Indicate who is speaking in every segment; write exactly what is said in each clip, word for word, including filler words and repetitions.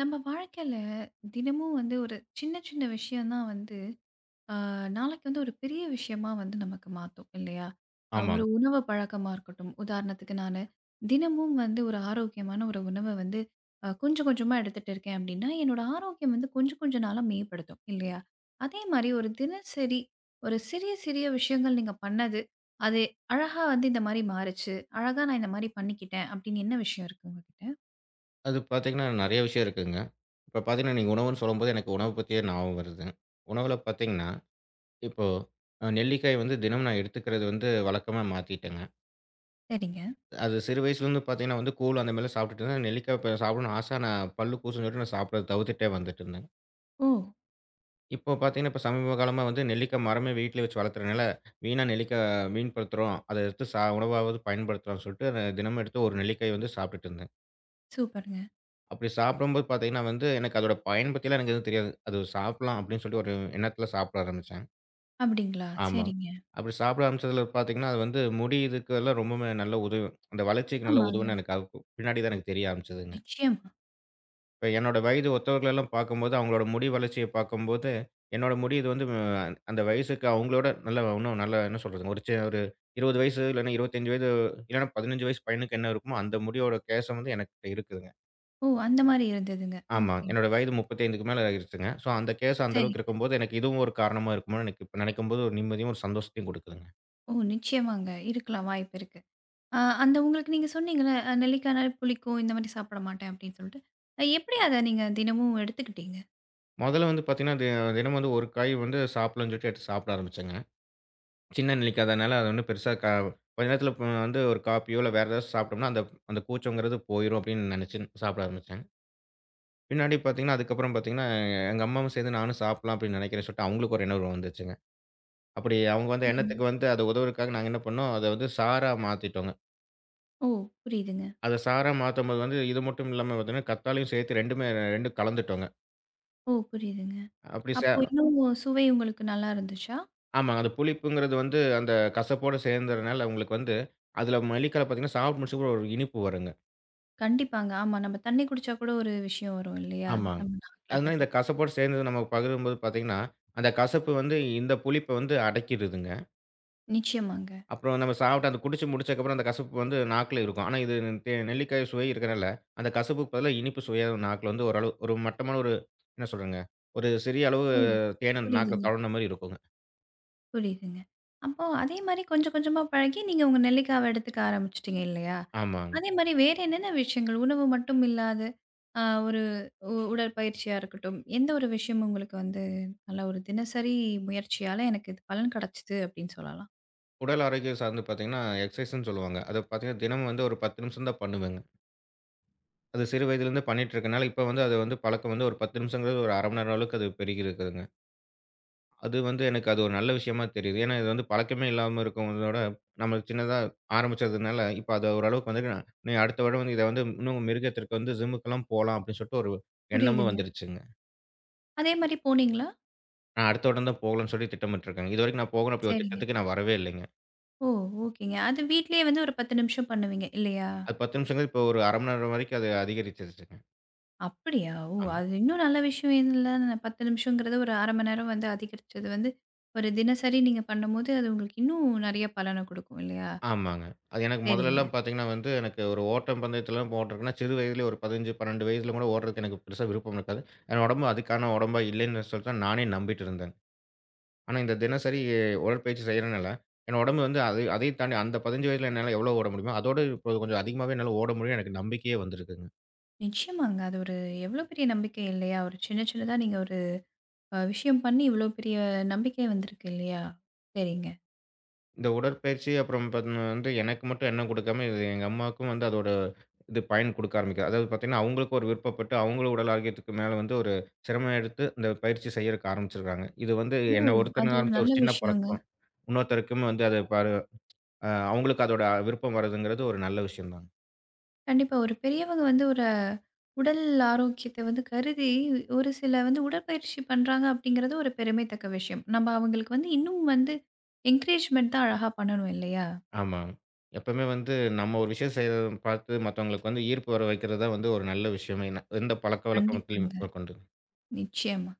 Speaker 1: நம்ம வாழ்க்கையில தினமும் வந்து ஒரு சின்ன சின்ன விஷயம் தான் வந்து. ஆஹ், நாளைக்கு வந்து ஒரு பெரிய விஷயமா வந்து நமக்கு மாத்தும் இல்லையா? ஆஹ், ஒரு
Speaker 2: ஆமாங்க.
Speaker 1: உணவு பழக்கமா இருக்கட்டும். உதாரணத்துக்கு நான் தினமும் வந்து ஒரு ஆரோக்கியமான ஒரு உணவை வந்து ஆஹ், கொஞ்சம் கொஞ்சமா எடுத்துட்டு இருக்கேன் அப்படின்னா என்னோட ஆரோக்கியம் வந்து கொஞ்சம் கொஞ்ச நாளா மேம்படுத்தும் இல்லையா? அதே மாதிரி ஒரு தினசரி ஒரு சிறிய சிறிய விஷயங்கள் நீங்க பண்ணது அது அழகா வந்து இந்த மாதிரி மாறுச்சு. அழகா நான் இந்த மாதிரி பண்ணிக்கிட்டேன் அப்படின்னு என்ன விஷயம் இருக்கு உங்ககிட்ட?
Speaker 2: அது பார்த்தீங்கன்னா, நெறைய விஷயம் இருக்குங்க. இப்ப பார்த்தீங்கன்னா, நீங்க உணவுன்னு சொல்லும்போது எனக்கு உணவு பத்தியே ஞாபகம் வருது. உணவுல பார்த்தீங்கன்னா, இப்போ அ நெல்லிக்காய் வந்து தினமும் நான் எடுத்துக்கிறது வந்து வழக்கமா மாத்திட்டேங்க.
Speaker 1: சரிங்க.
Speaker 2: அது சிறு வயசுலருந்து பார்த்தீங்கன்னா வந்து கூழ் அந்த மாரிலாம் சாப்பிட்டுட்டு இருந்தேன். நெல்லிக்காய் ப சாப்பிடணும்னு ஆசை. ஆனா பல்லு கூசும்ன்னு சொல்லிட்டு நான் சாப்பிட தவிர்த்துட்டே வந்துட்டு இருந்தேன்.
Speaker 1: ஓ.
Speaker 2: இப்போ பார்த்தீங்கன்னா, இப்ப சமீப காலமா வந்து நெல்லிக்காய் மரமே வீட்ல வச்சு வளர்த்துறனால, வீணா நெல்லிக்காய் வீண்படுத்துறோம். அத எடுத்து சா உணவாவது பயன்படுத்தலாம்ன்னு சொல்லிட்டு தினமும் எடுத்து ஒரு நெல்லிக்காய் வந்து சாப்பிட்டுட்டு இருந்தேன்.
Speaker 1: சூப்பருங்க.
Speaker 2: அப்படி சாப்பிடும்போது பார்த்தீங்கன்னா வந்து, எனக்கு அதோட பயன் பத்திலாம் எனக்கு எதுவும் தெரியாது. அது சாப்பிடலாம் அப்படின்னு சொல்லிட்டு ஒரு எண்ணத்தில சாப்பிட ஆரம்பிச்சேன்.
Speaker 1: அப்படிங்களா?
Speaker 2: ஆமா.
Speaker 1: சரிங்க.
Speaker 2: அப்படி சாப்பிட ஆரம்பிச்சதுல பார்த்தீங்கன்னா, அது வந்து முடி இதுக்கெல்லாம் ரொம்பவுமே நல்லா உதவும். அந்த வளர்ச்சிக்கு நல்லா
Speaker 1: ஆமாங்க.
Speaker 2: உதவும்ன்னு எனக்கு அதுக்கு பின்னாடி தான் எனக்கு தெரிய ஆரம்பிச்சதுங்க.
Speaker 1: நிச்சயமா.
Speaker 2: இப்ப என்னோட வயது ஒத்தவர்களெல்லாம் பார்க்கும்போது, அவங்களோட முடி வளர்ச்சிய பார்க்கும்போது, என்னோட முடி இது வந்து அஹ், அந்த வயசுக்கு அவங்களோட நல்லா இன்னும் நல்லா என்ன சொல்றதுங்க, ஒரு சி ஒரு இருபது வயசு இல்லன்னா இருபத்தி ஐந்து வயது இல்லன்னா பதினைந்து வயசு பையனுக்கு என்ன இருக்குமோ, அந்த முடியோட கேசம் வந்து எனக்கிட்ட இருக்குது.
Speaker 1: ஓ! அந்த மாரி இருந்ததுங்க.
Speaker 2: ஆமா.
Speaker 1: ஓகேங்க.
Speaker 2: என்னோட வயது முப்பத்தி ஐந்துக்கு மேல ஆயிருச்சுங்க. ஸோ, அந்த கேஸ் அந்த அளவுக்கு
Speaker 1: சரிங்க.
Speaker 2: இருக்கும்போது, எனக்கு இதுவும் ஒரு காரணமா இருக்குமோன்னு எனக்கு இப்ப நெனைக்கும்போது ஒரு நிம்மதியும், ஒரு சந்தோஷத்தையும் குடுக்குதுங்க.
Speaker 1: ஓ! நிச்சயமாங்க. இருக்கலாம், வாய்ப்பு இருக்கு. அ அந்த உங்களுக்கு நீங்க சொன்னீங்கல்ல, அ நெல்லிக்காய்னா புளிக்கும், இந்த மாரி சாப்பிட மாட்டேன் அப்படின்னு சொல்லிட்டு. அ எப்படி அத நீங்க தினமும் எடுத்துக்கிட்டீங்க?
Speaker 2: மொதல்ல வந்து பாத்தீங்கன்னா, தி தினமும் வந்து ஒரு காய் வந்து சாப்பிடலாம்னு சொல்லிட்டு எடுத்து சாப்பிட ஆரம்பிச்சேங்க. சின்ன நெல்லிக்காதனால அது ஒண்ணும் பெருசா க கொஞ்ச நேரத்துல ப வந்து ஒரு காப்பியோ, இல்ல வேற ஏதாவது சாப்பிட்டோம்னா, அந்த அந்த கூச்சங்கிறது போயிரும் அப்படின்னு நெனைச்சு சாப்பிட ஆரம்பிச்சேன். பின்னாடி பாத்தீங்கன்னா, அதுக்கப்புறம் பாத்தீங்கன்னா, எங்க அம்மாவும் சேர்ந்து நானும் சாப்பிடலாம் அப்படின்னு நெனைக்கிறேன்னு சொல்லிட்டு அவங்களுக்கு ஒரு எண்ணம் வந்துச்சுங்க. அப்படி அவங்க வந்த
Speaker 1: சரிங்க.
Speaker 2: எண்ணத்துக்கு வந்து அது உதவுறதுக்காக நாங்க என்ன பண்ணோம், அத வந்து சாரா மாத்திட்டோங்க.
Speaker 1: ஓ! புரியுதுங்க.
Speaker 2: அத சாரா மாத்தும்போது வந்து, இது மட்டும் இல்லாம பார்த்தீங்கன்னா, கத்தாழையும் சேர்த்து ரெண்டுமே ரெண்டும் கலந்துட்டோங்க.
Speaker 1: ஓ! புரியுதுங்க.
Speaker 2: அப்படி சே
Speaker 1: அப்போ இன்னும் சுவை உங்களுக்கு நல்லா இருந்துச்சா?
Speaker 2: ஆமா. அந்த புளிப்புங்கிறது வந்து அந்த கசப்போட சேர்ந்ததுனால உங்களுக்கு வந்து, அதில மெல்லிக்கால பார்த்தீங்கன்னா, சாப்பிட்டு முடிச்சதுக்கு ஒரு இனிப்பு வருங்க.
Speaker 1: கண்டிப்பாங்க. ஆமா. நம்ம தண்ணி குடிச்சா கூட ஒரு விஷயம் வரும் இல்லையா?
Speaker 2: ஆமாங்க.
Speaker 1: நம்ம நாக்குல
Speaker 2: அதனால இந்த
Speaker 1: தட்டுப்படும்.
Speaker 2: கசப்போடு சேர்ந்தது நம்ம பகிரும்போது பார்த்தீங்கன்னா, அந்த கசப்பு வந்து இந்த புளிப்ப வந்து அடக்கிடுதுங்க.
Speaker 1: நிச்சயமாங்க.
Speaker 2: அப்புறம் நம்ம சாப்பிட்டு அந்த குடிச்சு முடிச்சதுக்கப்புறம் அந்த கசப்பு வந்து நாக்குல இருக்கும். ஆனா இது தே நெல்லிக்காய் சுவை இருக்கிறனால, அந்த கசப்புக்கு பதிலா இனிப்பு சுவையா நாக்குல வந்து ஓரளவு ஒரு மட்டமான ஒரு என்ன சொல்றதுங்க, ஒரு சிறிய அளவு
Speaker 1: ஓ!
Speaker 2: தேன் அந்த நாக்குல
Speaker 1: புரியுதுங்க.
Speaker 2: தடவுன மாரி இருக்குங்க.
Speaker 1: புரியுதுங்க. அப்போ அதே மாரி கொஞ்சம் கொஞ்சமா பழகி, நீங்க உங்க நெல்லிக்காவ எடுத்துக்க ஆரம்பிச்சுட்டீங்க இல்லையா?
Speaker 2: ஆமாங்க.
Speaker 1: அதே மாரி வேற என்னென்ன விஷயங்கள்? உணவு மட்டும் இல்லாத அ ஒரு உ உடற்பயிற்சியா இருக்கட்டும், எந்த ஒரு விஷயம் உங்களுக்கு வந்து நல்ல ஒரு தினசரி முயற்சியால எனக்கு இது பலன் கிடைச்சது அப்டின்னு சொல்லலாம்.
Speaker 2: உடல் ஆரோக்கியம் சார்ந்து பார்த்தீங்கன்னா, எக்சர்சைஸ்ன்னு சொல்லுவாங்க. அத பார்த்தீங்கன்னா, தினமும் வந்து ஒரு பத்து நிமிஷம் தான் பண்ணுவேங்க. அது சிறு வயதிலேருந்து பண்ணிட்டு இருக்கனால, இப்ப வந்து அது வந்து பழக்கம் வந்து ஒரு பத்து நிமிஷங்கிறது ஒரு அரை மணி நேரம் அளவுக்கு அது பெருகி இருக்குதுங்க. அது வந்து எனக்கு அது ஒரு நல்ல விஷயமா தெரியுது. ஏன்னா, இது வந்து பழக்கமே இல்லாம இருக்கிறவங்களோட நம்ம சின்னதா ஆரம்பிச்சதுனால, இப்ப அது ஓரளவுக்கு வந்து நான் "நீ அடுத்த வருடம் வந்து இத வந்து இன்னும் மெருகேத்துறதுக்கு வந்து ஜிம்முக்கெல்லாம் போலாம்" அப்படின்னு சொல்லிட்டு ஒரு எண்ணமும்
Speaker 1: புரியுதுங்க.
Speaker 2: வந்துருச்சுங்க.
Speaker 1: அதே மாரி போனீங்களா?
Speaker 2: நான் அடுத்த வருடம் தான் போகலாம்ன்னு சொல்லி திட்டமிட்டுருக்கேங்க. இதுவரைக்கும் நான் போகணும் அப்படி ஒரு
Speaker 1: சரிங்க.
Speaker 2: திட்டத்துக்கு நான் வரவே இல்லைங்க.
Speaker 1: ஓ! ஓகேங்க. அது வீட்லயே வந்து ஒரு பத்து நிமிஷம் பண்ணுவீங்க இல்லையா?
Speaker 2: அது பத்து நிமிஷங்கிறது இப்ப ஒரு அரை மணி நேரம் வரைக்கும் அது அதிகரிச்சிருச்சுங்க.
Speaker 1: அப்படியா? ஓ!
Speaker 2: ஆமா.
Speaker 1: அது இன்னும் நல்ல விஷயம் இதுல. பத்து நிமிஷங்கிறது ஒரு அரை மணி நேரம் வந்து அதிகரிச்சது வந்து, ஒரு தினசரி நீங்க பண்ணும்போது, அது உங்களுக்கு இன்னும் நெறைய பலன குடுக்கும் இல்லையா?
Speaker 2: ஆமாங்க. அது எனக்கு
Speaker 1: சரிங்க.
Speaker 2: முதலல்லாம் பார்த்தீங்கன்னா வந்து, எனக்கு ஒரு ஓட்டம் பந்தயத்துலலாம் போடுறதுக்குன்னா, சிறு வயதிலே ஒரு பதினைந்து, பன்னிரண்டு வயதில கூட ஓடுறதுக்கு எனக்கு பெருசா விருப்பம் இருக்காது. என் உடம்பு அதுக்கான உடம்பா இல்லைன்னு சொல்லிட்டு தான் நானே நம்பிட்டு இருந்தேன். ஆனா இந்த தினசரி உடற்பயிற்சி செய்றனால, என் உடம்பு வந்து அது அதை அதையும் தாண்டி அந்த பதினைந்து வயதில என்னால எவ்வளோ ஓட முடியுமோ, அதோட இப்போ கொஞ்சம் அதிகமாவே என்னால ஓட முடியும்னு எனக்கு நம்பிக்கையே வந்திருக்குங்க.
Speaker 1: நிச்சயமாங்க. அது ஒரு எவ்வளோ பெரிய நம்பிக்கை இல்லையா? ஒரு சின்ன சின்னதா நீங்க ஒரு அ விஷயம் பண்ணி, இவ்வளோ பெரிய நம்பிக்கை வந்திருக்கு இல்லையா? சரிங்க.
Speaker 2: இந்த உடற்பயிற்சி அப்புறம் பாத்தீங்கன்னா வந்து எனக்கு மட்டும் எண்ணம் குடுக்காம, இது எங்க அம்மாவுக்கும் வந்து அதோட இது பயன் குடுக்க ஆரம்பிக்குது. அதாவது பாத்தீங்கன்னா, அவங்களுக்கு ஒரு விருப்பப்பட்டு, அவங்களும் உடல் ஆரோக்கியத்துக்கு மேல வந்து ஒரு சிரமம் எடுத்து இந்த பயிற்சி செய்யறக்கு ஆரம்பிச்சிருக்காங்க. இது வந்து
Speaker 1: ஓ!
Speaker 2: என்ன
Speaker 1: அது
Speaker 2: ஒருத்தன
Speaker 1: ஒரு
Speaker 2: ஆரம்பிச்ச
Speaker 1: நல்ல
Speaker 2: ஒரு சின்ன
Speaker 1: விஷயங்க.
Speaker 2: பழக்கம். இன்னொருத்தருக்கும் வந்து அது பாரு அ அவங்களுக்கு அதோட விருப்பம் வர்றதுங்கிறது ஒரு நல்ல விஷயம் தான்.
Speaker 1: கண்டிப்பா. ஒரு பெரியவங்க வந்து ஒரு உடல் ஆரோக்கியத்த வந்து கருதி, ஒரு சில வந்து உடற்பயிற்சி பண்றாங்க அப்படிங்கிறது ஒரு பெருமைத்தக்க விஷயம். நம்ம அவங்களுக்கு வந்து இன்னும் வந்து என்கரேஜ்மெண்ட் தான் அழகா பண்ணணும் இல்லையா?
Speaker 2: ஆமா. எப்பவுமே வந்து நம்ம ஒரு விஷயம் செய்றத பார்த்து மத்தவங்களுக்கு வந்து ஈர்ப்பு வர வைக்கிறது தான் வந்து ஒரு நல்ல விஷயமே. ந- எந்த பழக்கவழக்கத்திலும்
Speaker 1: கண்டிப்பாங்க.
Speaker 2: முதற்கொண்டு.
Speaker 1: நிச்சயமா.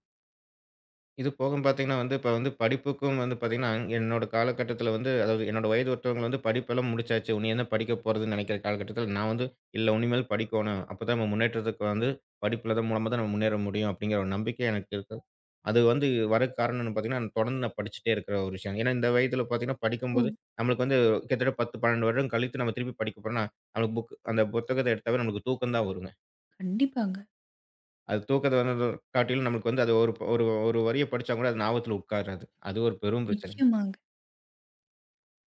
Speaker 2: இது போக பார்த்தீங்கன்னா வந்து, இப்ப வந்து படிப்புக்கும் வந்து பார்த்தீங்கன்னா, என்னோட காலகட்டத்தில வந்து அதாவது என்னோட வயது ஒத்தவங்க வந்து படிப்பெல்லாம் முடிச்சாச்சு. உன்னி என்ன படிக்க போறதுன்னு நெனைக்கிற காலகட்டத்தில, நான் வந்து இல்ல உனிமேல் படிக்கோணும். அப்பதான் நம்ம முன்னேற்றத்துக்கு வந்து படிப்புல தான் மூலமா தான் நம்ம முன்னேற முடியும் அப்படிங்கிற ஒரு நம்பிக்கை எனக்கு இருக்கு. அது வந்து வரக்கு காரணம்னு பார்த்தீங்கன்னா, நான் தொடர்ந்து நான் படிச்சுட்டே இருக்கிற ஒரு விஷயம். ஏன்னா இந்த வயதில பார்த்தீங்கன்னா,
Speaker 1: ஓ!
Speaker 2: படிக்கும்போது நம்மளுக்கு வந்து கிட்டத்தட்ட பத்து, பன்னிரண்டு வருடம் கழித்து நம்ம திருப்பி படிக்க போறோம்னா, நம்மளுக்கு புக் அந்த புத்தகத்த எடுத்தாவே நம்மளுக்கு தூக்கம் தான் வருங்க.
Speaker 1: கண்டிப்பாங்க.
Speaker 2: அது தூக்கத்த வந்து காட்டிலும் நம்மளுக்கு வந்து அது ஒரு ஒரு ஒரு வரிய படிச்சா கூட அது ஞாபகத்துல உட்காராது. அது ஒரு பெரும் பிரச்சனை.
Speaker 1: நிச்சயமாங்க.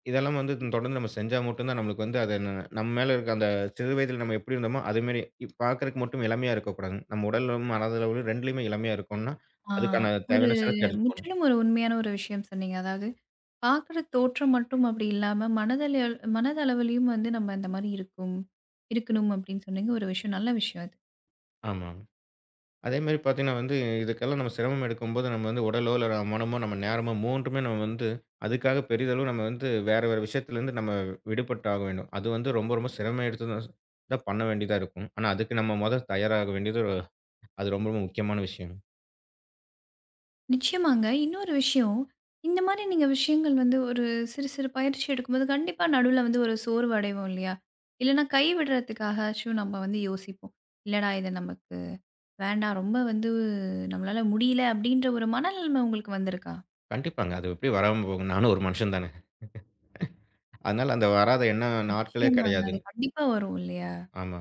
Speaker 2: இதெல்லாம் வந்து தொடர்ந்து நம்ம செஞ்சா மட்டும் தான் நம்மளுக்கு வந்து அது ந நம்ம மேல இருக்க அந்த சிறு வயதில நம்ம எப்படி இருந்தோமோ, அது மாரி இப் பார்க்கறக்கு மட்டும் இளமையா இருக்கக்கூடாதுங்க. நம்ம உடலும், மனதளவிலும் ரெண்டுலயுமே இளமையா இருக்கணும்னா,
Speaker 1: ஆ
Speaker 2: அதுக்கான
Speaker 1: ஒரு
Speaker 2: தேவையான சிரத்த எடுத்துக்கணும்.
Speaker 1: முற்றிலும் ஒரு உண்மையான ஒரு விஷயம் சொன்னீங்க. அதாவது பார்க்குற தோற்றம் மட்டும் அப்படி இல்லாம, மனதள மனதளவிலயும் வந்து நம்ம இந்த மாரி இருக்கும் இருக்கணும் அப்படின்னு சொன்னீங்க. ஒரு விஷயம் நல்ல விஷயம் அது.
Speaker 2: ஆமா. அதேமாரி பார்த்தீங்கன்னா வந்து, இதுக்கெல்லாம் நம்ம சிரமம் எடுக்கும்போது, நம்ம வந்து உடலோ, இல்ல மனமோ, நம்ம நேரமோ மூணுமே நம்ம வந்து அதுக்காக பெரிதளவு நம்ம வந்து வேற வேற விஷயத்துலேருந்து நம்ம விடுபட்டு ஆக வேண்டும். அது வந்து ரொம்ப ரொம்ப சிரமம் எடுத்து தான் தான் பண்ண வேண்டியதா இருக்கும். ஆனா, அதுக்கு நம்ம மொத தயாராக வேண்டியது ஒரு- அது ரொம்ப ரொம்ப முக்கியமான விஷயம்.
Speaker 1: நிச்சயமாங்க. இன்னொரு விஷயம், இந்த மாரி நீங்க விஷயங்கள் வந்து ஒரு சிறு சிறு பயிற்சி எடுக்கும்போது கண்டிப்பா நடுவுல வந்து ஒரு சோர்வு அடைவோம் இல்லையா? இல்லன்னா கைவிடுறதுக்காகச்சும் நம்ம வந்து யோசிப்போம். இல்லடா! இது நமக்கு வேண்டாம். ரொம்ப வந்து நம்மளால முடியல அப்டின்ற ஒரு மனநிலைமை உங்களுக்கு வந்திருக்கா?
Speaker 2: கண்டிப்பாங்க. அது எப்படி வராம போகும்? நானும் ஒரு மனுஷன் தானே. அதனால அந்த வராத எண்ண நாட்களே
Speaker 1: நிச்சயமாங்க.
Speaker 2: கிடையாது.
Speaker 1: அது கண்டிப்பா வரும் இல்லையா?
Speaker 2: ஆமா.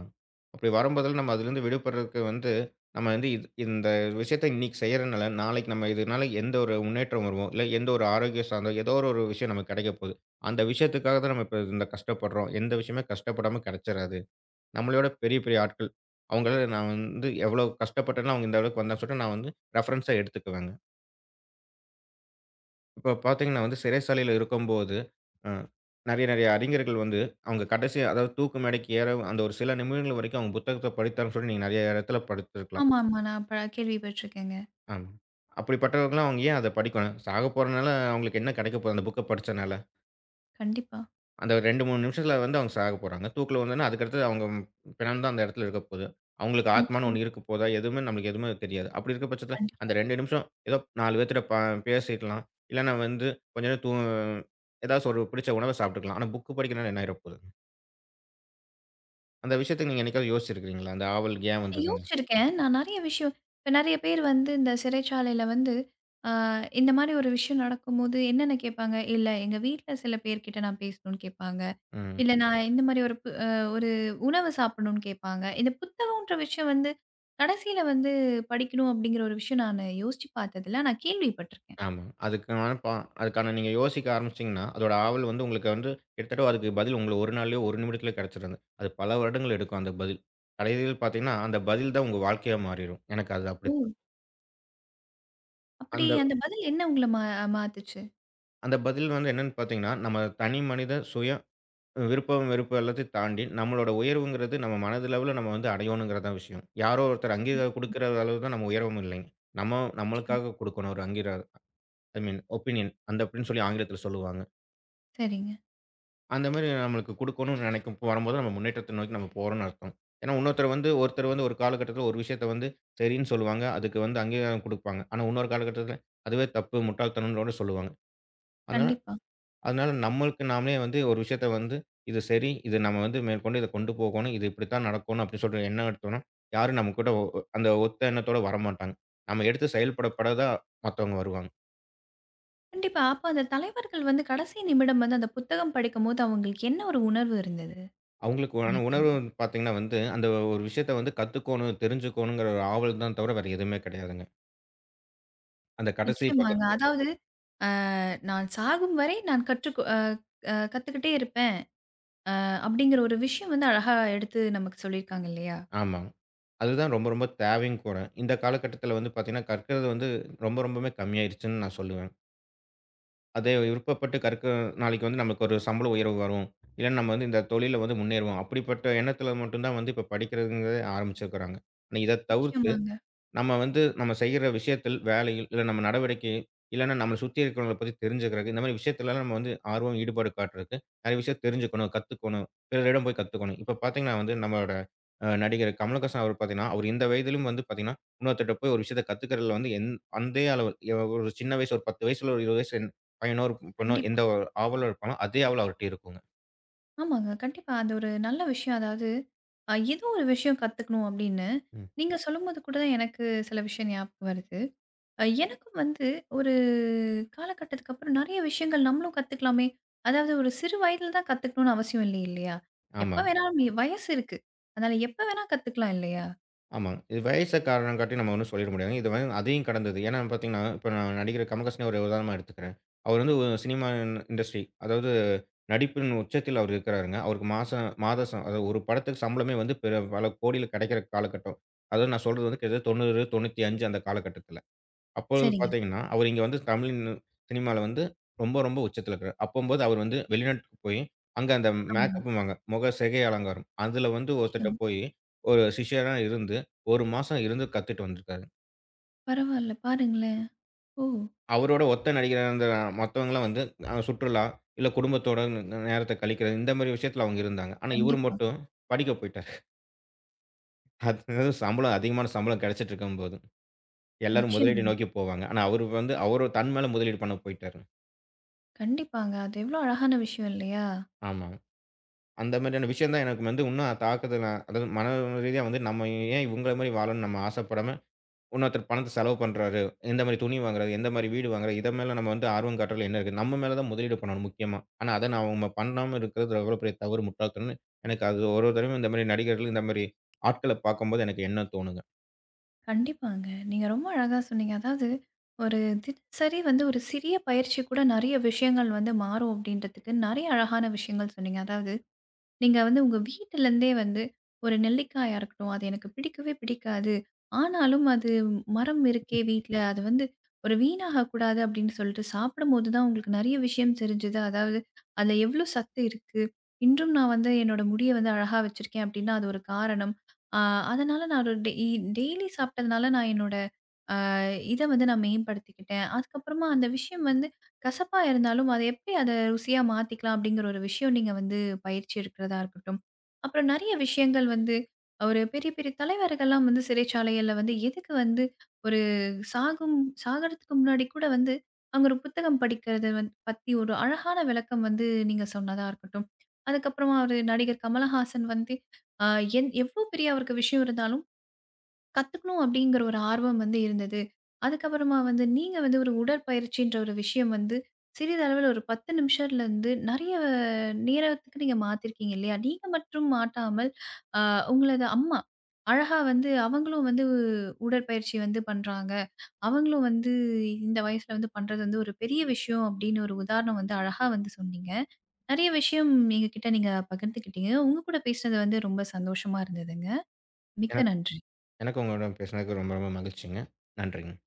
Speaker 2: அப்படி வரும்போதெல்லாம் நம்ம அதிலிருந்து விடுபடுறதுக்கு வந்து, நம்ம வந்து இது இந்த விஷயத்த இன்னைக்கு செய்யறனால, நாளைக்கு நம்ம இதனால எந்த ஒரு முன்னேற்றம் வருமோ, இல்ல எந்த ஒரு ஆரோக்கியம் சார்ந்த ஏதோ ஒரு ஒரு விஷயம் நமக்கு கிடைக்க போகுது. அந்த விஷயத்துக்காக தான் நம்ம இப்ப இந்த கஷ்டப்படுறோம். எந்த விஷயமே கஷ்டப்படாம கிடைச்சிராது. நம்மளோட பெரிய பெரிய ஆட்கள், அவங்கள நான் வந்து எவ்வளோ கஷ்டப்பட்டேனோ அவங்க இந்த அளவுக்கு வந்தாங்கன்னு சொல்லிட்டு நான் வந்து ரெஃபரன்ஸா எடுத்துக்குவேங்க. இப்போ பார்த்தீங்கன்னா வந்து சிறைசாலையில இருக்கும்போது, அ நெறைய நெறைய அறிஞர்கள் வந்து, அவங்க கடைசி அதாவது தூக்கு மேடைக்கு ஏற அந்த ஒரு சில நிமிடங்கள் வரைக்கும் அவங்க புத்தகத்த படித்தாங்கன்னு சொல்லி நீங்க நெறைய இடத்துல படித்திருக்கலாம்.
Speaker 1: ஆமா, ஆமா. நான் ப கேள்விப்பட்டுருக்கேங்க.
Speaker 2: ஆமா. அப்படிப்பட்டவர்கள்லாம் அவங்க ஏன் அத படிக்கணும்? சாகப்போறனால அவங்களுக்கு என்ன கெடைக்க போகுது அந்த புக்க படிச்சனால?
Speaker 1: கண்டிப்பா.
Speaker 2: அந்த ஒரு இரண்டு, மூன்று நிமிஷத்துல வந்து அவங்க சாக போறாங்க. தூக்குல விழுந்தோனே அதுக்கடுத்து அவங்க பிணம் தான் அந்த இடத்துல இருக்க போது. அவங்களுக்கு ஆத்மான்னு
Speaker 1: நிச்சயமா.
Speaker 2: ஒண்ணு இருக்க போதா? எதுவுமே நம்மளுக்கு எதுவுமே தெரியாது. அப்படி இருக்க பட்சத்துல அந்த
Speaker 1: கண்டிப்பா.
Speaker 2: இரண்டு நிமிஷம் ஏதோ நாலு பேத்துட்ட ப பேசிக்கலாம். இல்லன்னா வந்து கொஞ்ச நேரம் தூ ஏதாச்சும் ஒரு பிடிச்ச உணவ சாப்பிட்டுக்கலாம். ஆனா புக் படிக்கணும்னா என்ன ஆயிற போகுது? அந்த விஷயத்த நீங்க என்னைக்காவது யோசிச்சிருக்கிறீங்களா? அந்த ஆவல் ஏன் வந்ததுன்னு?
Speaker 1: யோசிச்சிருக்கேன். நான் நெறைய விஷயம் இப்ப நெறைய பேர் வந்து இந்த சிறைச்சாலையில வந்து, அ இந்த மாரி ஒரு விஷயம் நடக்கும்போது என்னென்ன கேட்பாங்க, "இல்ல எங்க வீட்ல சில பேர்கிட்ட நான் பேசணும்னு" கேட்பாங்க.
Speaker 2: ம்.
Speaker 1: "இல்ல நான் இந்த மாரி ஒரு பு அ ஒரு உணவு சாப்பிடணும்னு" கேட்பாங்க. இந்த புத்தகம்ன்ற விஷயம் வந்து கடைசியில வந்து படிக்கணும் அப்படிங்கிற ஒரு விஷயம் நான் யோசிச்சு பார்த்ததில்ல. ஆனா கேள்விப்பட்டிருக்கேன்.
Speaker 2: ஆமா. அதுக்கான பா அதுக்கான நீங்க யோசிக்க ஆரம்பிச்சீங்கன்னா, அதோட ஆவல் வந்து உங்களுக்கு வந்து கிட்டத்தட்ட அதுக்கு பதில் உங்களுக்கு ஒரு நாள்லயோ, ஒரு நிமிடத்திலயோ கிடைச்சிராது. அது பல வருடங்கள் எடுக்கும் அந்த பதில். கடைசியில் பார்த்தீங்கன்னா, அந்த பதில் தான் உங்க வாழ்க்கையா மாறிரும். எனக்கு அது அப்படி
Speaker 1: ஓ! அப்படி
Speaker 2: அந்த
Speaker 1: அந்த பதில் என்ன உங்கள மா மாத்துச்சு?
Speaker 2: அந்த பதில் வந்து என்னன்னு பார்த்தீங்கன்னா, நம்ம தனி மனித சுய விருப்பம், வெறுப்பு எல்லாத்தையும் தாண்டி நம்மளோட உயர்வுங்கிறது நம்ம மனதளவுல நம்ம வந்து அடையணுங்கிறது தான் விஷயம். யாரோ ஒருத்தர் அங்கீகாரம்
Speaker 1: கண்டிப்பா,
Speaker 2: குடுக்குற அளவு தான் நம்ம உயரவும் இல்லைங்க. நம்ம
Speaker 1: நிச்சயமா.
Speaker 2: நம்மளுக்காக குடுக்கணும் ஒரு அங்கீகாரம். ஐ மீன் ஒபினியன் அந்த அப்படின்னு சொல்லி ஆங்கிலத்தில சொல்லுவாங்க.
Speaker 1: சரிங்க.
Speaker 2: அந்த மாரி நம்மளுக்கு குடுக்கணும்னு நெனைக்கும் வரும்போது நம்ம முன்னேற்றத்த நோக்கி நம்ம போறோம்ன்னு அர்த்தம். ஏன்னா இன்னொருத்தர் வந்து ஒருத்தர் வந்து ஒரு காலகட்டத்தில ஒரு விஷயத்த வந்து சரின்னு சொல்லுவாங்க. அதுக்கு வந்து அங்கீகாரம் குடுப்பாங்க. ஆனா இன்னொரு காலகட்டத்தில அதுவே தப்பு, முட்டாள்தனம்னோட சொல்லுவாங்க. அதனால
Speaker 1: கண்டிப்பா.
Speaker 2: அதனால நம்மளுக்கு நாமளே வந்து ஒரு விஷயத்த வந்து இது சரி, இது நம்ம வந்து மேற்கொண்டு இத கொண்டு போகணும். இது இப்படித்தான் நடக்கணும் அப்படின்னு சொல்ற எண்ணம் எடுத்தோம்னா, யாரும் நம்ம கூட ஒ அந்த ஒத்த எண்ணத்தோட வரமாட்டாங்க. நம்ம எடுத்து செயல்பட பட தான் மத்தவங்க வருவாங்க.
Speaker 1: கண்டிப்பா. அப்ப அந்த தலைவர்கள் வந்து கடைசி நிமிடம் வந்து அந்த புத்தகம் படிக்கும்போது அவங்களுக்கு என்ன ஒரு உணர்வு இருந்தது
Speaker 2: அவங்களுக்கு ஆன உணர்வு
Speaker 1: நினைக்கிறீங்க?
Speaker 2: வந்து பார்த்தீங்கன்னா வந்து, அந்த ஒரு விஷயத்த வந்து கத்துக்கோணும், தெரிஞ்சுக்கோணுங்கிற ஒரு ஆவல் தான் தவிர வேற எதுவுமே கிடையாதுங்க. அந்த கடைசி
Speaker 1: நிச்சயமாங்க.
Speaker 2: பக்கத்தில.
Speaker 1: அதாவது, "அ நான் சாகும் வரை நான் கற்றுக் அ அ கத்துக்கிட்டே இருப்பேன்." அஹ், அப்படிங்கிற ஒரு விஷயம் வந்து அழகா எடுத்து நமக்கு சொல்லியிருக்காங்க இல்லையா?
Speaker 2: ஆமா. அதுதான் ரொம்ப ரொம்ப தேவையும் கூட. இந்த காலகட்டத்தில வந்து பார்த்தீங்கன்னா, கற்கிறது வந்து ரொம்ப ரொம்பவுமே கம்மியாயிருச்சுன்னு நான் சொல்லுவேன். அதே விருப்பப்பட்டு கற்க நாளைக்கு வந்து நமக்கு ஒரு சம்பள உயர்வு வரும். இல்ல நம்ம வந்து இந்த தொழில்ல வந்து முன்னேறுவோம். அப்படிப்பட்ட எண்ணத்தில மட்டும் தான் வந்து இப்ப படிக்கிறதுங்கிறதே ஆரம்பிச்சிருக்கிறாங்க. ஆனா இத தவிர்த்து
Speaker 1: நிச்சயமாங்க.
Speaker 2: நம்ம வந்து நம்ம செய்யற விஷயத்தில், வேலையில், இல்ல நம்ம நடவடிக்கை, இல்லன்னா நம்மள சுத்தி இருக்கிறவங்கள பத்தி தெரிஞ்சுக்கிறக்கு, இந்த மாரி விஷயத்துலலாம் நம்ம வந்து ஆர்வம், ஈடுபாடு காட்டுறதுக்கு நெறைய விஷயம் தெரிஞ்சுக்கணும், கத்துக்கணும், பிறரிடம் போய் கத்துக்கணும். இப்ப பார்த்தீங்கன்னா வந்து நம்மளோட அ நடிகர் கமலஹாசன் அவர் பார்த்தீங்கன்னா, அவர் இந்த வயதிலும் வந்து பார்த்தீங்கன்னா, இன்னொருத்தர்ட்ட போய் ஒரு விஷயத்த கத்துக்கிறதுல வந்து எந் அதே அளவு எ ஒரு சின்ன வயசு ஒரு பத்து வயசுல ஒரு இருபது வயசு பையனோ, ஒரு பொண்ணோ
Speaker 1: கண்டிப்பா.
Speaker 2: எந்த ஒரு ஆவலோ இருப்பானோ, அதே ஆவல் அவர்ட்ட இருக்குங்க.
Speaker 1: ஆமாங்க. கண்டிப்பா. அது ஒரு நல்ல விஷயம். அதாவது, அ ஏதோ ஒரு விஷயம் கத்துக்கணும் அப்படின்னு,
Speaker 2: ம்.
Speaker 1: நீங்க சொல்லும்போது கூட தான் எனக்கு சில விஷயம் ஞாபகம் வருது. அ எனக்கும் வந்து ஒரு காலகட்டத்துக்கு அப்புறம் நெறைய விஷயங்கள் நம்மளும் கத்துக்கலாமே! அதாவது ஒரு சிறு வயதில தான் கத்துக்கணும்னு அவசியம் இல்லை இல்லையா? எப்ப
Speaker 2: ஆமாங்க.
Speaker 1: வேணாலும் நீ- வயசு இருக்கு. அதனால எப்ப வேணா கத்துக்கலாம் இல்லையா?
Speaker 2: ஆமாங்க. இது வயச காரணம் காட்டி நம்ம ஒண்ணும் சொல்லிட முடியாதுங்க. இது வந்து அதையும் கடந்தது. ஏன்னா பார்த்தீங்கன்னா, இப்ப நான் நடிகர் கமல்ஹாசன ஒரு உதாரணமா எடுத்துக்கிறேன். அவர் வந்து ஒரு சினிமா இண்டஸ்ட்ரி அதாவது நடிப்பின் உச்சத்தில் அவர் இருக்கிறாருங்க. அவருக்கு மாசம் மாத சம் அதாவது ஒரு படத்துக்கு சம்பளமே வந்து பிற பல கோடியில கிடைக்கிற காலகட்டம். அதாவது நான் சொல்றது வந்து கிட்டத்தட்ட தொண்ணூறு, தொண்ணூற்றி ஐந்து அந்த காலகட்டத்தில. அப்பொழுது
Speaker 1: சரிங்க.
Speaker 2: பார்த்தீங்கன்னா, அவரு இங்க வந்து தமிழின் சினிமால வந்து ரொம்ப, ரொம்ப உச்சத்தில இருக்கிறார். அப்பம்போது அவர் வந்து வெளிநாட்டுக்கு போய், அங்க அந்த
Speaker 1: ஆமாங்க.
Speaker 2: மேக்கப்பும்பாங்க. முக சிகை அலங்காரம். அதுல வந்து ஒருத்தர்ட்ட
Speaker 1: நிச்சயம்.
Speaker 2: போயி, ஒரு சிஷ்யரா இருந்து, ஒரு மாசம் இருந்து கத்துட்டு வந்திருக்காரு.
Speaker 1: பரவால்ல பாருங்களேன். ஓ!
Speaker 2: அவரோட ஒத்த நடிகரா இருந்த மத்தவங்கலாம் வந்து அ சுற்றுலா, இல்ல குடும்பத்தோட ந நேரத்த கழிக்கிறது, இந்த மாரி விஷயத்துல அவங்க இருந்தாங்க. ஆனா, இவரு
Speaker 1: கண்டிப்பா.
Speaker 2: மட்டும் படிக்க போயிட்டாரு. அது சம்பளம் அதிகமான சம்பளம் கிடைச்சிட்டு இருக்கும்போது. எல்லாரும்
Speaker 1: நிச்சயமா.
Speaker 2: முதலீட்ட நோக்கி போவாங்க. ஆனா, அவரு வந்து அவரு தன் மேல முதலீடு பண்ண போயிட்டாரு.
Speaker 1: கண்டிப்பாங்க. அது எவ்ளோ அழகான விஷயம் இல்லையா?
Speaker 2: ஆமா. அந்த மாதிரியான விஷயம் தான் எனக்கு வந்து இன்னும் தாக்குதல் அதாவது மன ரீதியா வந்து நம்ம ஏன் இவங்கள மாதிரி வாழணும்னு நம்ம ஆசைப்படாம, இன்னொருத்தர் பணத்த செலவு பண்றாரு, எந்த மாதிரி துணி வாங்குறாரு, எந்த மாதிரி வீடு வாங்குறாரு, இத மேல நம்ம வந்து ஆர்வம் காட்டுறதுல என்ன இருக்கு? நம்ம மேல தான் முதலீடு பண்ணணும் முக்கியமா. ஆனா அத நம்ம பண்ணாம இருக்கிறது எவ்வளோ பெரிய தவறு, முட்டாள்தனம்னு எனக்கு அது ஒரு ஒரு தடவையும் இந்த மாதிரி நடிகர்கள், இந்த மாதிரி ஆட்கள பார்க்கும்போது எனக்கு எண்ணம் தோணுங்க.
Speaker 1: கண்டிப்பாங்க. நீங்க ரொம்ப அழகா சொன்னீங்க. அதாவது ஒரு தினசரி வந்து ஒரு சிறிய பயிற்சி கூட நெறைய விஷயங்கள் வந்து மாறும் அப்டின்றதுக்கு நெறைய அழகான விஷயங்கள் சொன்னீங்க. அதாவது நீங்க வந்து உங்க வீட்டிலருந்தே வந்து ஒரு நெல்லிக்காயா இருக்கட்டும், அது எனக்கு பிடிக்கவே பிடிக்காது. ஆனாலும் அது மரம் இருக்கே வீட்ல, அது வந்து ஒரு வீணாகக்கூடாது அப்படின்னு சொல்லிட்டு சாப்பிடும்போது தான் உங்களுக்கு நெறைய விஷயம் தெரிஞ்சது. அதாவது அதில எவ்ளோ சத்து இருக்கு. இன்றும் நான் வந்து என்னோட முடிய வந்து அழகா வச்சிருக்கேன் அப்படின்னா, அது ஒரு காரணம். அ அதனால நான் ஒரு டெய் டெய்லி சாப்பிட்டதுனால நான் என்னோட இத வந்து நான் மேம்படுத்திக்கிட்டேன். அதுக்கப்புறமா அந்த விஷயம் வந்து கசப்பா இருந்தாலும், அத எப்படி அத ருசியா மாத்திக்கலாம் அப்படிங்கிற ஒரு விஷயம் நீங்க வந்து பயிற்சி எடுக்கிறதா இருக்கட்டும். அப்புறம் நெறைய விஷயங்கள் வந்து ஒரு பெரிய பெரிய தலைவர்கள்லாம் வந்து சிறைச்சாலைகள்ல வந்து எதுக்கு வந்து ஒரு சாகும் சாகறதுக்கு முன்னாடி கூட வந்து அங்க ஒரு புத்தகம் படிக்கிறது வந்து பத்தி ஒரு அழகான விளக்கம் வந்து நீங்க சொன்னதா இருக்கட்டும். அதுக்கப்புறமா ஒரு நடிகர் கமலஹாசன் வந்து அ என் எவ்ளோ பெரிய அவருக்கு விஷயம் இருந்தாலும் கத்துக்கணும் அப்படிங்கிற ஒரு ஆர்வம் வந்து இருந்தது. அதுக்கப்புறமா வந்து நீங்க வந்து ஒரு உடற்பயிற்சின்ற ஒரு விஷயம் வந்து சிறிதளவுல ஒரு பத்து நிமிஷத்துலருந்து நெறைய நேரத்துக்கு நீங்க மாத்திருக்கீங்க இல்லையா? நீங்க மட்டும் மாட்டாமல், அ உங்களது அம்மா அழகா வந்து அவங்களும் வந்து உடற்பயிற்சி வந்து பண்றாங்க. அவங்களும் வந்து இந்த வயசுல வந்து பண்றது வந்து ஒரு பெரிய விஷயம் அப்படின்னு ஒரு உதாரணம் வந்து அழகா வந்து சொன்னீங்க. நெறைய விஷயம் எங்ககிட்ட நீங்க பகிர்ந்துக்கிட்டீங்க. உங்க கூட பேசினது வந்து ரொம்ப சந்தோஷமா இருந்ததுங்க. மிக்க
Speaker 2: எனக்கு
Speaker 1: நன்றி.
Speaker 2: எனக்கு உங்களுடன் பேசினதுக்கு ரொம்ப ரொம்ப மகிழ்ச்சிங்க. நன்றிங்க.